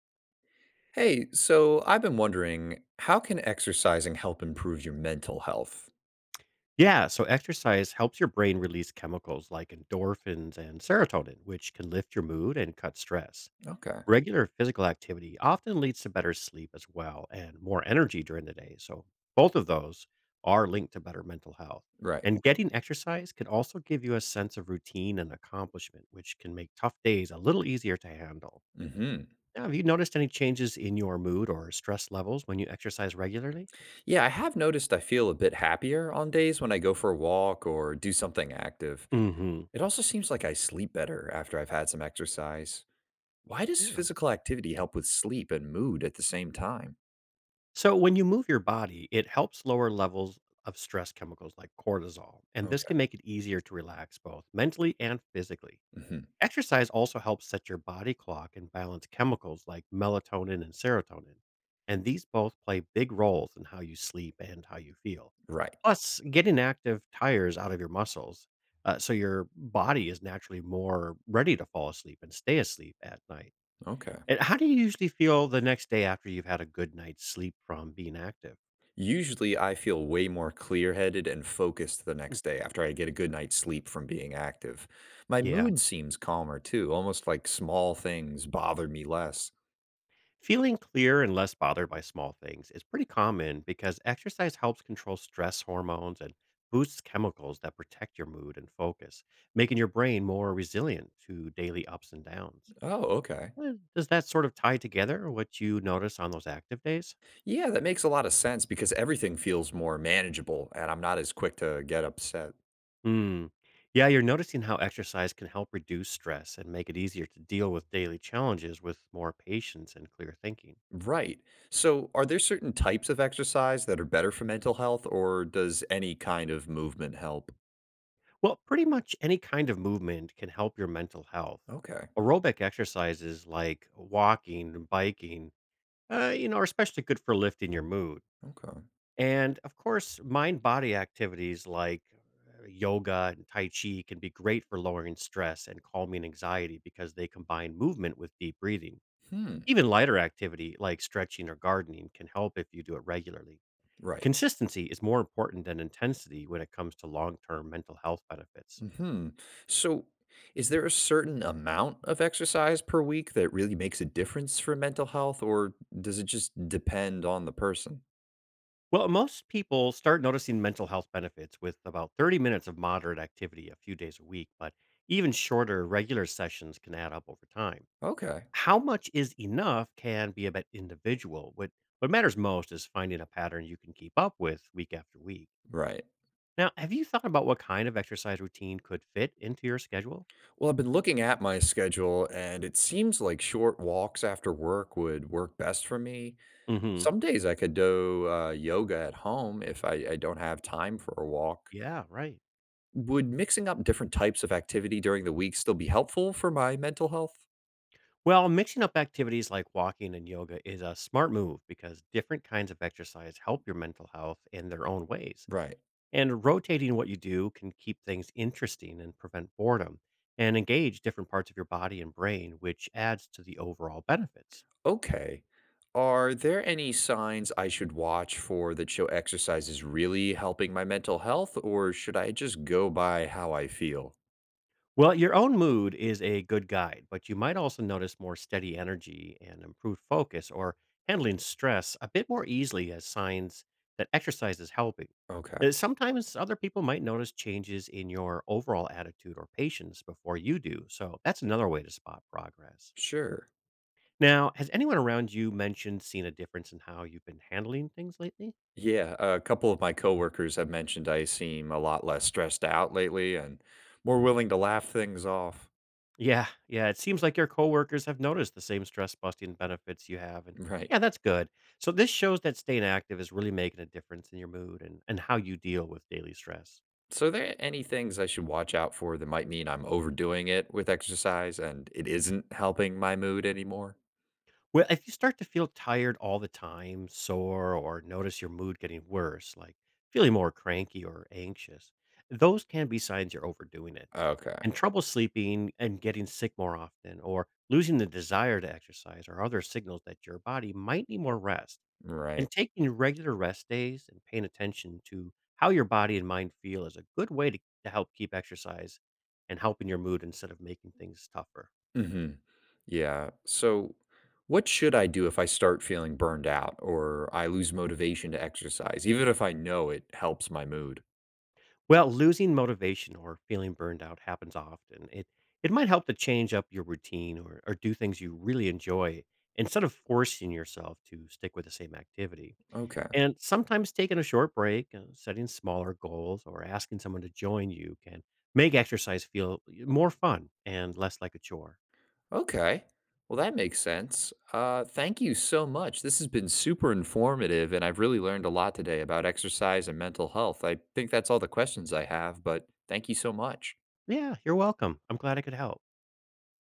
Hey, so I've been wondering, how can exercising help improve your mental health? Yeah, so exercise helps your brain release chemicals like endorphins and serotonin, which can lift your mood and cut stress. Okay, Regular physical activity often leads to better sleep as well and more energy during the day. So, both of those are linked to better mental health. right. And getting exercise can also give you a sense of routine and accomplishment, which can make tough days a little easier to handle. Hmm. Now, have you noticed any changes in your mood or stress levels when you exercise regularly? Yeah, I have noticed I feel a bit happier on days when I go for a walk or do something active. Mm hmm. It also seems like I sleep better after I've had some exercise. Why does Yeah. physical activity help with sleep and mood at the same time? So, when you move your body, it helps lower levels of stress chemicals like cortisol, and this Okay. can make it easier to relax both mentally and physically. Hmm. Exercise also helps set your body clock and balance chemicals like melatonin and serotonin, and these both play big roles in how you sleep and how you feel. Right. Plus, getting active tires out of your muscles, so your body is naturally more ready to fall asleep and stay asleep at night. Okay. And how do you usually feel the next day after you've had a good night's sleep from being active? Usually, I feel way more clear headed and focused the Mm. next day after I get a good night's sleep from being active. My Yeah. mood seems calmer too, almost like small things bother me less. Feeling clear and less bothered by small things is pretty common because exercise helps control stress hormones and boosts chemicals that protect your mood and focus, making your brain more resilient to daily ups and downs. Oh, okay. Does that sort of tie together what you notice on those active days? Yeah, that makes a lot of sense because everything feels more manageable and I'm not as quick to get upset. Hmm. Yeah, you're noticing how exercise can help reduce stress and make it easier to deal with daily challenges with more patience and clear thinking. Right. So, are there certain types of exercise that are better for mental health, or does any kind of movement help? Well, pretty much any kind of movement can help your mental health. Okay. Aerobic exercises like walking and biking, you know, are especially good for lifting your mood. Okay. And of course, mind body activities like yoga and Tai Chi can be great for lowering stress and calming anxiety because they combine movement with deep breathing. Hmm. Even lighter activity like stretching or gardening can help if you do it regularly. Right. Consistency is more important than intensity when it comes to long term mental health benefits. Hmm. So, is there a certain amount of exercise per week that really makes a difference for mental health, or does it just depend on the person? Well, most people start noticing mental health benefits with about 30 minutes of moderate activity a few days a week, but even shorter regular sessions can add up over time. Okay. How much is enough can be a bit individual. What matters most is finding a pattern you can keep up with week after week. Right. Now, have you thought about what kind of exercise routine could fit into your schedule? Well, I've been looking at my schedule, and it seems like short walks after work would work best for me. Mhm. Some days I could do yoga at home if I don't have time for a walk. Yeah, right. Would mixing up different types of activity during the week still be helpful for my mental health? Well, mixing up activities like walking and yoga is a smart move because different kinds of exercise help your mental health in their own ways. Right. And rotating what you do can keep things interesting and prevent boredom and engage different parts of your body and brain, which adds to the overall benefits. Okay. Are there any signs I should watch for that show exercise is really helping my mental health, or should I just go by how I feel? Well, your own mood is a good guide, but you might also notice more steady energy and improved focus or handling stress a bit more easily as signs that exercise is helping. Okay, Sometimes other people might notice changes in your overall attitude or patience before you do. So that's another way to spot progress. sure. Now, has anyone around you mentioned seeing a difference in how you've been handling things lately? Yeah, a couple of my coworkers have mentioned I seem a lot less stressed out lately and more willing to laugh things off. Yeah, yeah. It seems like your coworkers have noticed the same stress busting benefits you have. And Right. yeah, that's good. So this shows that staying active is really making a difference in your mood and how you deal with daily stress. So, are there any things I should watch out for that might mean I'm overdoing it with exercise and it isn't helping my mood anymore? Well, if you start to feel tired all the time, sore, or notice your mood getting worse, like feeling more cranky or anxious, those can be signs you're overdoing it. Okay, And trouble sleeping and getting sick more often, or losing the desire to exercise, are other signals that your body might need more rest. right. And taking regular rest days and paying attention to how your body and mind feel is a good way to help keep exercise and helping your mood instead of making things tougher. Hmm. Yeah. So, what should I do if I start feeling burned out or I lose motivation to exercise, even if I know it helps my mood? Well, losing motivation or feeling burned out happens often. It might help to change up your routine or do things you really enjoy instead of forcing yourself to stick with the same activity. Okay. And sometimes taking a short break, setting smaller goals, or asking someone to join you can make exercise feel more fun and less like a chore. Okay. Well, that makes sense. Thank you so much. This has been super informative, and I've really learned a lot today about exercise and mental health. I think that's all the questions I have, but thank you so much. Yeah, you're welcome. I'm glad I could help.